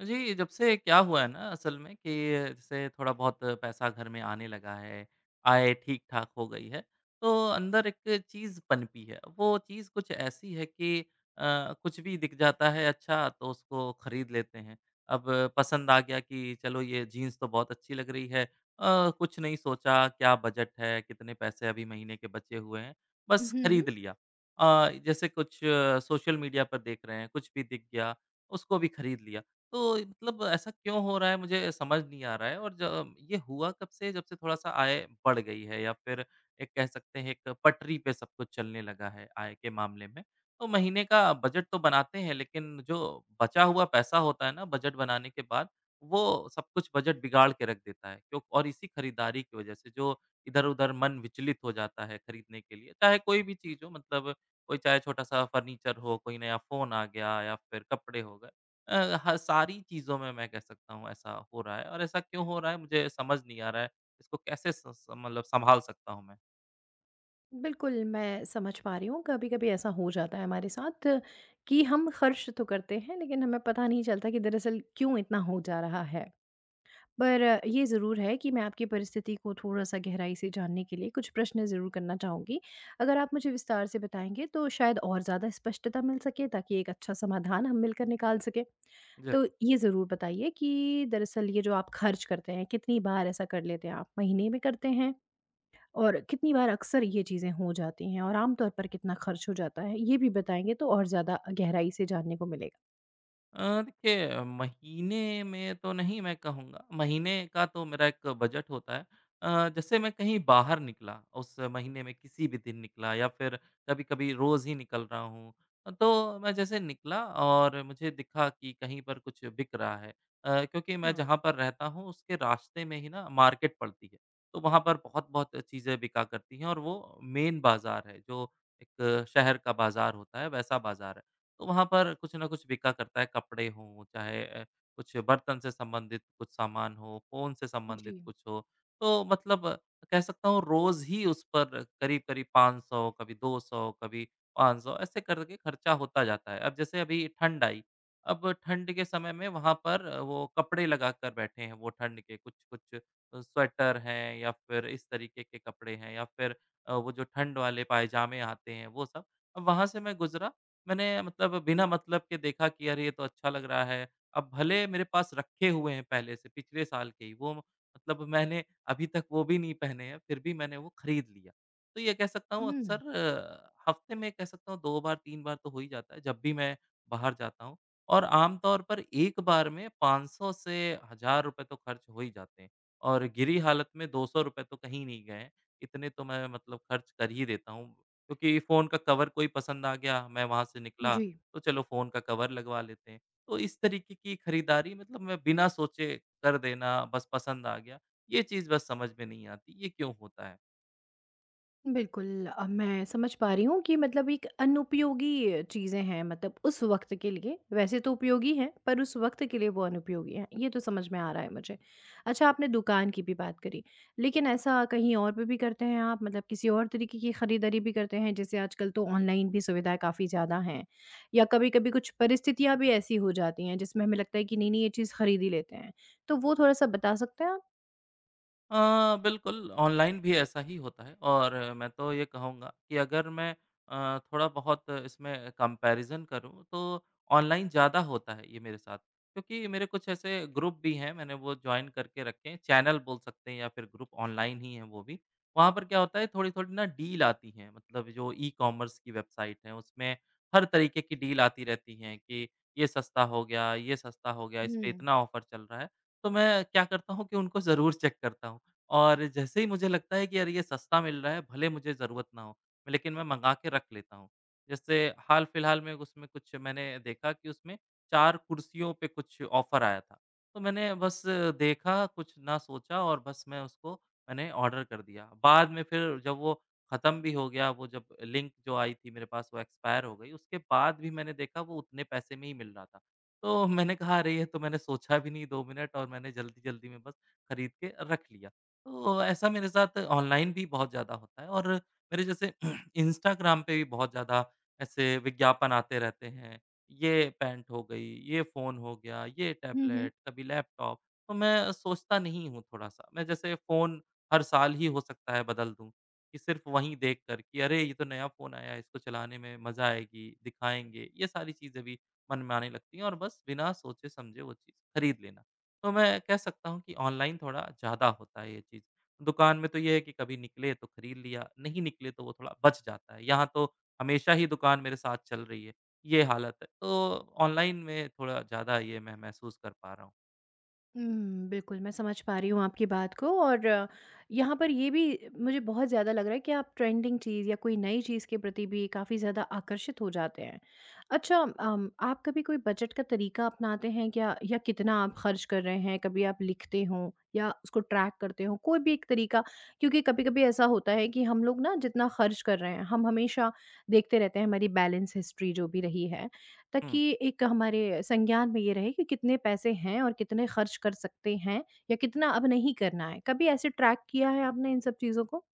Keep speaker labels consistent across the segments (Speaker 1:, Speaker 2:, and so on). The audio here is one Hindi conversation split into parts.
Speaker 1: जी, जब से क्या हुआ है ना, असल में कि जैसे थोड़ा बहुत पैसा घर में आने लगा है, आय ठीक-ठाक हो गई है, तो अंदर एक चीज़ पनपी है। वो चीज़ कुछ ऐसी है कि कुछ भी दिख जाता है अच्छा, तो उसको खरीद लेते हैं। अब पसंद आ गया कि चलो ये जीन्स तो बहुत अच्छी लग रही है। कुछ नहीं सोचा क्या बजट है, कितने पैसे अभी महीने के बचे हुए हैं, बस
Speaker 2: हुँ।
Speaker 1: खरीद लिया। जैसे कुछ सोशल मीडिया पर देख रहे हैं, कुछ भी दिख गया, उसको भी खरीद लिया। तो मतलब ऐसा क्यों हो रहा है, मुझे समझ नहीं आ रहा है। और ज ये हुआ कब से? जब से थोड़ा-सा आय बढ़ गई है या फ़िर एक कह सकते हैं एक पटरी पे सब कुछ चलने लगा है, आय के मामले में। तो महीने का बजट तो बनाते हैं, लेकिन जो बचा हुआ पैसा होता है ना बजट बनाने के बाद, वो सब कुछ बजट बिगाड़ के रख देता है, क्यों? और इसी खरीदारी की वज़ह से जो इधर-उधर मन विचलित हो जाता है खरीदने के लिए, चाहे कोई भी चीज़ हो, मतलब कोई चाहे छोटा-सा फर्नीचर हो, कोई नया फ़ोन आ गया या फ़िर कपड़े हो गए। अ, ह सारी चीज़ों में मैं कह सकता हूँ ऐसा हो रहा है, और ऐसा क्यों हो रहा है, मुझे समझ नहीं आ रहा है। इसको कैसे स स मतलब सँभाल सकता हूँ मैं?
Speaker 2: बिल्कुल, मैं समझ पा रही हूँ, कभी-कभी ऐसा हो जाता है हमारे साथ कि हम खर्च तो करते हैं, लेकिन हमें पता नहीं चलता कि दरअसल क्यों इतना हो जा रहा है। पर ये ज़रूर है कि मैं आपकी परिस्थिति को थोड़ा-सा गहराई से जानने के लिए कुछ प्रश्न ज़रूर करना चाहूँगी। अगर आप मुझे विस्तार से बताएँगे, तो शायद और ज़्यादा स्पष्टता मिल सके, ताकि एक अच्छा समाधान हम मिलकर निकाल सकें।
Speaker 1: जी।
Speaker 2: तो ये ज़रूर बताइए कि दरअसल ये जो आप खर्च करते हैं, कितनी बार ऐसा कर लेते हैं आप? महीने में करते हैं? और कितनी बार अक्सर ये चीज़ें हो जाती हैं और आमतौर पर कितना खर्च हो जाता है? ये भी बताएँगे तो और ज़्यादा गहराई से जानने को मिलेगा।
Speaker 1: देखिए, महीने में तो नहीं मैं कहूँगा, महीने का तो मेरा एक बजट होता है। जैसे मैं कहीं बाहर निकला, उस महीने में किसी भी दिन निकला या फिर कभी-कभी रोज़ ही निकल रहा हूँ। तो मैं जैसे निकला और मुझे दिखा कि कहीं पर कुछ बिक रहा है, क्योंकि मैं
Speaker 2: हाँ,
Speaker 1: जहाँ पर रहता हूँ उसके रास्ते में ही ना मार्केट पड़ती है। तो वहाँ पर बहुत-बहुत चीज़ें बिका करती हैं, और वो मेन बाज़ार है, जो एक शहर का बाज़ार होता है वैसा बाज़ार है। तो वहाँ पर कुछ ना कुछ बिका करता है, कपड़े हों, चाहे कुछ बर्तन से संबंधित कुछ सामान हो, फ़ोन से
Speaker 2: जी।
Speaker 1: संबंधित कुछ हो। तो मतलब कह सकता हूँ रोज़ ही उस पर करीब-करीब 500, कभी 200, कभी 500 ऐसे करके खर्चा होता जाता है। अब जैसे अभी ठंड आई, अब ठंड के समय में वहाँ पर वो कपड़े लगा कर बैठे हैं, वो ठंड के कुछ-कुछ स्वेटर हैं या फिर इस तरीके के कपड़े हैं या फिर वो जो ठंड वाले पायजामे आते हैं वो सब। अब वहाँ से मैं गुज़रा, मैंने मतलब बिना मतलब के देखा कि अरे, ये तो अच्छा लग रहा है। अब भले मेरे पास रखे हुए हैं पहले से, पिछले साल के ही वो, मतलब मैंने अभी तक वो भी नहीं पहने हैं, फिर भी मैंने वो खरीद लिया। तो ये कह सकता हूँ
Speaker 2: हुँ,
Speaker 1: अक्सर हफ्ते में कह सकता हूँ 2 बार 3 बार तो हो ही जाता है, जब भी मैं बाहर जाता हूँ। और आमतौर पर एक बार में 500 से ₹1000 तो खर्च हो ही जाते हैं, और गिरी हालत में ₹200 तो कहीं नहीं गए हैं। इतने तो मैं मतलब खर्च कर ही देता हूँ, क्योंकि फ़ोन का कवर कोई पसंद आ गया, मैं वहाँ से निकला,
Speaker 2: जी।
Speaker 1: तो चलो फ़ोन का कवर लगवा लेते हैं। तो इस तरीके की खरीदारी, मतलब मैं बिना सोचे कर देना, बस पसंद आ गया, ये चीज़ बस समझ में नहीं आती, ये क्यों होता है?
Speaker 2: बिल्कुल, अब मैं समझ पा रही हूँ कि मतलब एक अनुपयोगी चीज़ें हैं, मतलब उस वक़्त के लिए, वैसे तो उपयोगी हैं, पर उस वक़्त के लिए वो अनुपयोगी हैं, ये तो समझ में आ रहा है मुझे। अच्छा, आपने दुकान की भी बात करी, लेकिन ऐसा कहीं और पे भी करते हैं आप? मतलब किसी और तरीके की खरीदारी भी करते हैं? जैसे आजकल तो ऑनलाइन भी सुविधाएँ काफ़ी ज़्यादा हैं, या कभी-कभी कुछ परिस्थितियाँ भी ऐसी हो जाती हैं जिसमें हमें लगता है कि नहीं-नहीं ये चीज़ खरीद ही लेते हैं, तो वो थोड़ा-सा बता सकते हैं आप?
Speaker 1: बिल्कुल, ऑनलाइन भी ऐसा ही होता है, और मैं तो ये कहूँगा कि अगर मैं थोड़ा बहुत इसमें कंपैरिज़न करूँ, तो ऑनलाइन ज़्यादा होता है ये मेरे साथ। क्योंकि मेरे कुछ ऐसे ग्रुप भी हैं, मैंने वो जॉइन करके रखे हैं, चैनल बोल सकते हैं या फिर ग्रुप, ऑनलाइन ही हैं वो भी। वहाँ पर क्या होता है, थोड़ी-थोड़ी ना डील आती हैं, मतलब जो ई-कॉमर्स की वेबसाइट है, उसमें हर तरीके की डील आती रहती हैं कि ये सस्ता हो गया, ये सस्ता हो गया, इस पे इतना ऑफ़र चल रहा है। तो मैं क्या करता हूँ कि उनको ज़रूर चेक करता हूँ, और जैसे ही मुझे लगता है कि यार ये सस्ता मिल रहा है, भले मुझे ज़रूरत ना हो, लेकिन मैं मँगा के रख लेता हूँ। जैसे हाल-फिलहाल में उसमें कुछ मैंने देखा कि उसमें 4 कुर्सियों पे कुछ ऑफ़र आया था। तो मैंने बस देखा, कुछ ना सोचा, और बस मैं उसको मैंने ऑर्डर कर दिया। बाद में फिर जब वो ख़त्म भी हो गया, वो जब लिंक जो आई थी मेरे पास, वो एक्सपायर हो गई। उसके बाद भी मैंने देखा वो उतने पैसे में ही मिल रहा था। तो मैंने कहा, "अरे! ये तो मैंने सोचा भी नहीं 2 मिनट, और मैंने जल्दी-जल्दी में बस खरीद के रख लिया।" तो ऐसा मेरे साथ ऑनलाइन भी बहुत ज़्यादा होता है, और मेरे जैसे इंस्टाग्राम पे भी बहुत ज़्यादा ऐसे विज्ञापन आते रहते हैं। ये पैंट हो गई, ये फ़ोन हो गया, ये
Speaker 2: हुँ।
Speaker 1: टैबलेट, कभी लैपटॉप। तो मैं सोचता नहीं हूँ थोड़ा-सा। मैं जैसे फ़ोन हर साल ही हो सकता है बदल दूँ, कि सिर्फ़ वहीं देख कर कि अरे! ये तो नया फ़ोन आया है, इसको चलाने में मज़ा आएगी, दिखाएँगे। ये सारी चीज़ें भी मन में आने लगती हैं, और बस बिना सोचे-समझे वो चीज़ खरीद लेना। तो मैं कह सकता हूँ कि ऑनलाइन थोड़ा ज़्यादा होता है ये चीज़। दुकान में तो ये है कि कभी निकले तो खरीद लिया, नहीं निकले तो वो थोड़ा बच जाता है। यहाँ तो हमेशा ही दुकान मेरे साथ चल रही है, ये हालत है। तो ऑनलाइन में थोड़ा ज़्यादा ये मैं महसूस कर पा रहा हूँ।
Speaker 2: हुँ, बिल्कुल, मैं समझ पा रही हूँ आपकी बात को और यहाँ पर ये भी मुझे बहुत ज़्यादा लग रहा है कि आप ट्रेंडिंग चीज़ या कोई नई चीज़ के प्रति भी काफ़ी ज़्यादा आकर्षित हो जाते हैं। अच्छा, आप कभी कोई बजट का तरीका अपनाते हैं क्या? या कितना आप खर्च कर रहे हैं? कभी आप लिखते हो या उसको ट्रैक करते हो? कोई भी एक तरीका। क्योंकि कभी-कभी ऐसा होता है कि हम लोग ना जितना खर्च कर रहे हैं, हम हमेशा देखते रहते हैं हमारी बैलेंस हिस्ट्री जो भी रही है, ताकि
Speaker 1: हुँ।
Speaker 2: एक हमारे संज्ञान में ये रहे कि कितने पैसे हैं और कितने खर्च कर सकते हैं या कितना अब नहीं करना है। कभी ऐसे ट्रैक किया है आपने इन सब चीज़ों को?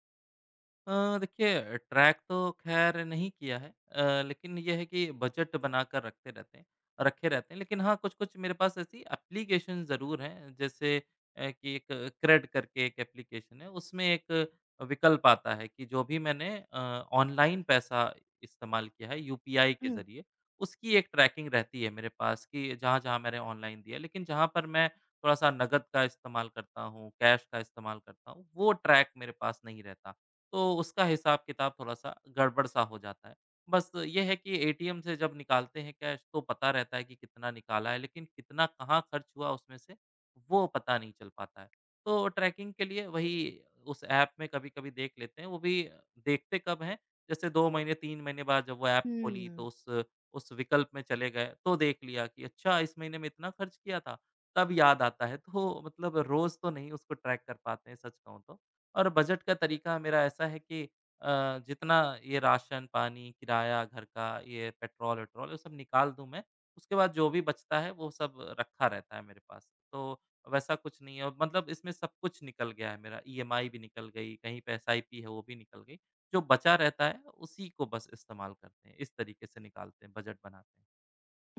Speaker 1: देखिए, ट्रैक तो ख़ैर नहीं किया है, लेकिन ये है कि बजट बनाकर रखते रहते हैं, रखे रहते हैं। लेकिन हाँ, कुछ-कुछ मेरे पास ऐसी एप्लीकेशन ज़रूर हैं, जैसे कि एक क्रेड करके एक एप्लीकेशन है, उसमें एक विकल्प आता है कि जो भी मैंने ऑनलाइन पैसा इस्तेमाल किया है यूपीआई के
Speaker 2: हुँ,
Speaker 1: ज़रिए, उसकी एक ट्रैकिंग रहती है मेरे पास, कि जहाँ-जहाँ मैंने ऑनलाइन दिया। लेकिन जहाँ पर मैं थोड़ा-सा नकद का इस्तेमाल करता हूँ, कैश का इस्तेमाल करता हूँ, वो ट्रैक मेरे पास नहीं रहता। तो उसका हिसाब-किताब थोड़ा-सा गड़बड़-सा हो जाता है। बस ये है कि एटीएम से जब निकालते हैं कैश, तो पता रहता है कि कितना निकाला है, लेकिन कितना कहाँ खर्च हुआ उसमें से, वो पता नहीं चल पाता है। तो ट्रैकिंग के लिए वही, उस ऐप में कभी-कभी देख लेते हैं, वो भी देखते कब हैं, जैसे 2 महीने 3 महीने बाद जब वो ऐप खोली, तो
Speaker 2: हुँ।
Speaker 1: उस विकल्प में चले गए, तो देख लिया कि अच्छा, इस महीने में इतना खर्च किया था, तब याद आता है। तो मतलब रोज़ तो नहीं उसको ट्रैक कर पाते हैं, सच कहूँ तो। और बजट का तरीका मेरा ऐसा है कि जितना ये राशन, पानी, किराया घर का, ये पेट्रोल-वेट्रोल, ये सब निकाल दूँ मैं, उसके बाद जो भी बचता है वो सब रखा रहता है मेरे पास। तो वैसा कुछ नहीं है, और मतलब इसमें सब कुछ निकल गया है मेरा, ईएमआई भी निकल गई, कहीं पे एसआईपी है वो भी निकल गई। जो बचा रहता है उसी को बस इस्तेमाल करते हैं। इस तरीके से निकालते हैं, बजट बनाते हैं।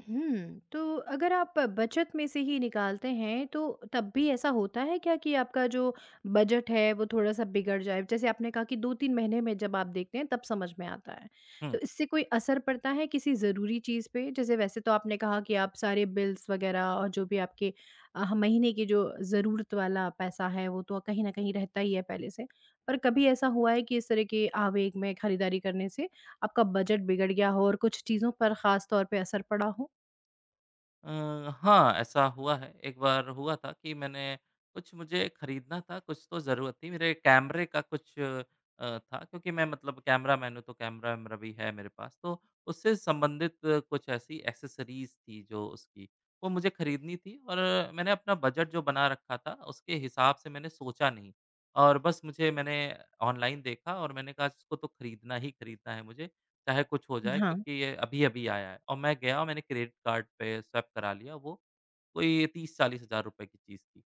Speaker 2: तो अगर आप बचत में से ही निकालते हैं, तो तब भी ऐसा होता है क्या कि आपका जो बजट है, वो थोड़ा-सा बिगड़ जाए? जैसे आपने कहा कि 2-3 महीने में जब आप देखते हैं, तब समझ में आता है। तो
Speaker 1: हुँ।
Speaker 2: इससे कोई असर पड़ता है किसी ज़रूरी चीज़ पे? जैसे वैसे तो आपने कहा कि आप सारे बिल्स वग़ैरह और जो भी आपके महीने की जो ज़रूरत वाला पैसा है, वो तो कहीं न कहीं रहता ही है पहले से। पर कभी ऐसा हुआ है कि इस तरह के आवेग में खरीदारी करने से आपका बजट बिगड़ गया हो और कुछ चीज़ों पर ख़ास तौर पे असर पड़ा हो?
Speaker 1: अ, हाँ, ऐसा हुआ है। एक बार हुआ था कि मैंने कुछ मुझे खरीदना था, कुछ तो ज़रूरत थी। मेरे कैमरे का कुछ था, क्योंकि मैं मतलब कैमरामैन हूँ, तो कैमरा-वैमरा भी है मेरे पास। तो उससे संबंधित कुछ ऐसी एक्सेसरीज़ थी जो उसकी, वो मुझे खरीदनी थी। और मैंने अपना बजट जो बना रखा था, उसके हिसाब से मैंने सोचा नहीं, और बस मुझे मैंने ऑनलाइन देखा, और मैंने कहा इसको तो खरीदना ही खरीदना है मुझे। चाहे कुछ हो जाए,
Speaker 2: हाँ।
Speaker 1: क्योंकि ये अभी-अभी आया है। और मैं गया और मैंने क्रेडिट कार्ड पे स्वैप करा लिया वो, कोई 30-40 हज़ार रुपए की चीज़ थी।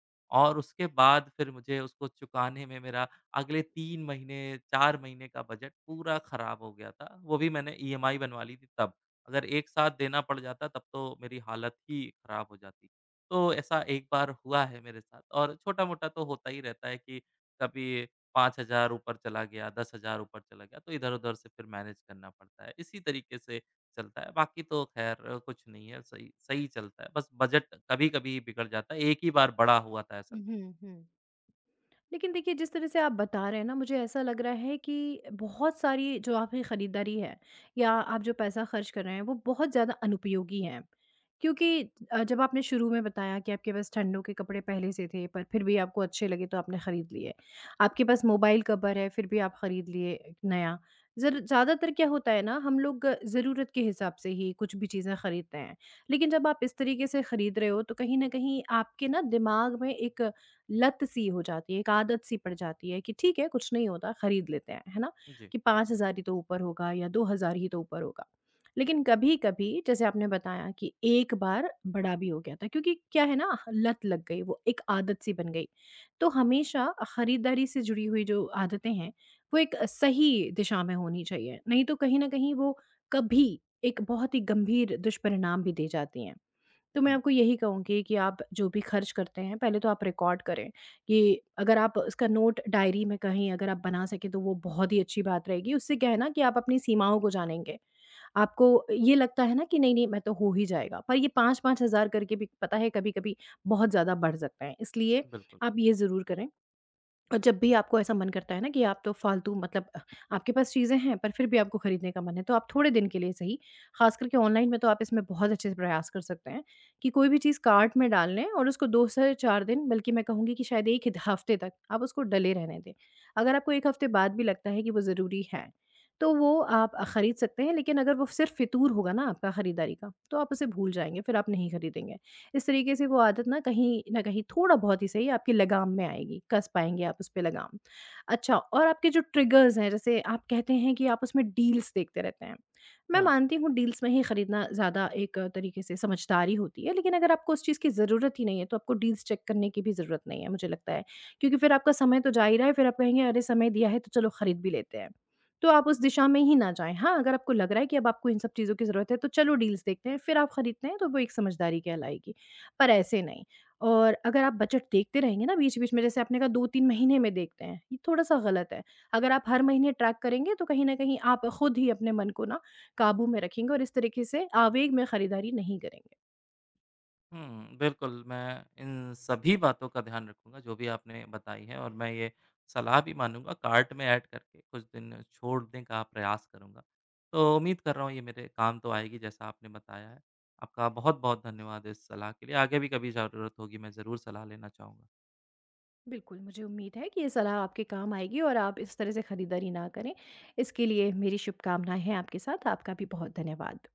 Speaker 1: और उसके बाद फिर मुझे उसको चुकाने में मेरा अगले 3 महीने, 4 महीने का बजट पूरा खराब हो गया था। वो भी मैंने ईएमआई बनवा ली थी तब, अगर एक साथ देना पड़ जाता तब तो मेरी हालत ही खराब हो जाती। तो ऐसा एक बार हुआ है मेरे साथ, और छोटा-मोटा तो होता ही रहता है कि कभी 5,000 ऊपर चला गया, 10,000 ऊपर चला गया, तो इधर-उधर से फिर मैनेज करना पड़ता है। इसी तरीके से चलता है, बाकी तो ख़ैर कुछ नहीं है, सही सही चलता है। बस बजट कभी-कभी बिगड़ जाता है, एक ही बार बड़ा हुआ था ऐसा कुछ।
Speaker 2: हुँ, हुँ। लेकिन देखिए, जिस तरह से आप बता रहे हैं ना, मुझे ऐसा लग रहा है कि बहुत सारी जो आपकी खरीदारी है या आप जो पैसा खर्च कर रहे हैं, वो बहुत ज़्यादा अनुपयोगी है। क्योंकि जब आपने शुरू में बताया कि आपके पास ठंडों के कपड़े पहले से थे, पर फिर भी आपको अच्छे लगे तो आपने खरीद लिए। आपके पास मोबाइल कवर है, फिर भी आप खरीद लिए एक नया। ज़र ज़्यादातर क्या होता है ना, हम लोग ज़रूरत के हिसाब से ही कुछ भी चीज़ें खरीदते हैं। लेकिन जब आप इस तरीके से खरीद रहे हो, तो कहीं न कहीं आपके ना दिमाग में एक लत सी हो जाती है, एक आदत सी पड़ जाती है कि ठीक है, कुछ नहीं होता खरीद लेते हैं, है ना?
Speaker 1: जी।
Speaker 2: कि 5,000 ही तो ऊपर होगा या 2,000 ही तो ऊपर होगा। लेकिन कभी-कभी जैसे आपने बताया कि एक बार बड़ा भी हो गया था, क्योंकि क्या है ना, लत लग गई, वो एक आदत सी बन गई। तो हमेशा खरीदारी से जुड़ी हुई जो आदतें हैं, वो एक सही दिशा में होनी चाहिए, नहीं तो कहीं न कहीं वो कभी एक बहुत ही गंभीर दुष्परिणाम भी दे जाती हैं। तो मैं
Speaker 1: हुँ,
Speaker 2: आपको यही कहूँगी कि आप जो भी खर्च करते हैं, पहले तो आप रिकॉर्ड करें कि अगर आप उसका नोट डायरी में कहीं अगर आप बना सकें, तो वो बहुत ही अच्छी बात रहेगी। उससे क्या है ना कि आप अपनी सीमाओं को जानेंगे। आपको ये लगता है ना कि नहीं-नहीं मैं तो हो ही जाएगा, पर ये 5-5 हज़ार करके भी पता है, कभी-कभी बहुत ज़्यादा बढ़ सकता है। इसलिए
Speaker 1: बिल्कुल।
Speaker 2: आप ये ज़रूर करें। और जब भी आपको ऐसा मन करता है ना कि आप तो फालतू, मतलब आपके पास चीज़ें हैं पर फिर भी आपको खरीदने का मन है, तो आप थोड़े दिन के लिए सही, ख़ास करके ऑनलाइन में, तो आप इसमें बहुत अच्छे से प्रयास कर सकते हैं कि कोई भी चीज़ कार्ट में डाल लें और उसको 2 से 4 दिन, बल्कि मैं कहूँगी कि शायद 1 हफ़्ते तक आप उसको डले रहने दें। अगर आपको 1 हफ़्ते बाद भी लगता है कि वो ज़रूरी है, तो वो आप खरीद सकते हैं, लेकिन अगर वो सिर्फ़ फितूर होगा ना आपका खरीदारी का, तो आप उसे भूल जाएँगे, फिर आप नहीं खरीदेंगे। इस तरीके से वो आदत ना कहीं न कहीं थोड़ा बहुत ही सही आपकी लगाम में आएगी, कस पाएँगे आप उस पे लगाम। अच्छा, और आपके जो ट्रिगर्स हैं, जैसे आप कहते हैं कि आप उसमें डील्स देखते रहते हैं। मैं
Speaker 1: हाँ।
Speaker 2: मानती हूँ डील्स में ही खरीदना ज़्यादा एक तरीके से समझदारी होती है, लेकिन अगर आपको उस चीज़ की ज़रूरत ही नहीं है, तो आपको डील्स चेक करने की भी ज़रूरत नहीं है मुझे लगता है। क्योंकि फिर आपका समय तो जा ही रहा है, फिर आप कहेंगे, अरे, समय दिया है तो चलो खरीद भी लेते हैं। तो आप उस दिशा में ही ना जाएँ। हाँ, अगर आपको लग रहा है कि अब आपको इन सब चीज़ों की ज़रूरत है, तो चलो डील्स देखते हैं, फिर आप खरीदते हैं तो वो एक समझदारी कहलाएगी। पर ऐसे नहीं। और अगर आप बजट देखते रहेंगे ना बीच-बीच में, जैसे आपने कहा 2-3 महीने में देखते हैं, ये थोड़ा-सा गलत है। अगर आप हर महीने ट्रैक करेंगे तो कहीं न कहीं आप खुद ही अपने मन को ना काबू में रखेंगे और इस तरीके से आवेग में खरीदारी नहीं करेंगे।
Speaker 1: हुँ, बिल्कुल, मैं इन सभी बातों का ध्यान रखूँगा जो भी आपने बताई है, और मैं ये सलाह भी मानूँगा, कार्ट में ऐड करके कुछ दिन छोड़ने का प्रयास करूँगा। तो उम्मीद कर रहा हूँ ये मेरे काम तो आएगी, जैसा आपने बताया है। आपका बहुत-बहुत धन्यवाद इस सलाह के लिए, आगे भी कभी ज़रूरत होगी मैं ज़रूर सलाह लेना चाहूँगा।
Speaker 2: बिल्कुल, मुझे उम्मीद है कि ये सलाह आपके काम आएगी और आप इस तरह से खरीदारी ना करें। इसके लिए मेरी शुभकामनाएँ हैं आपके साथ। आपका भी बहुत धन्यवाद।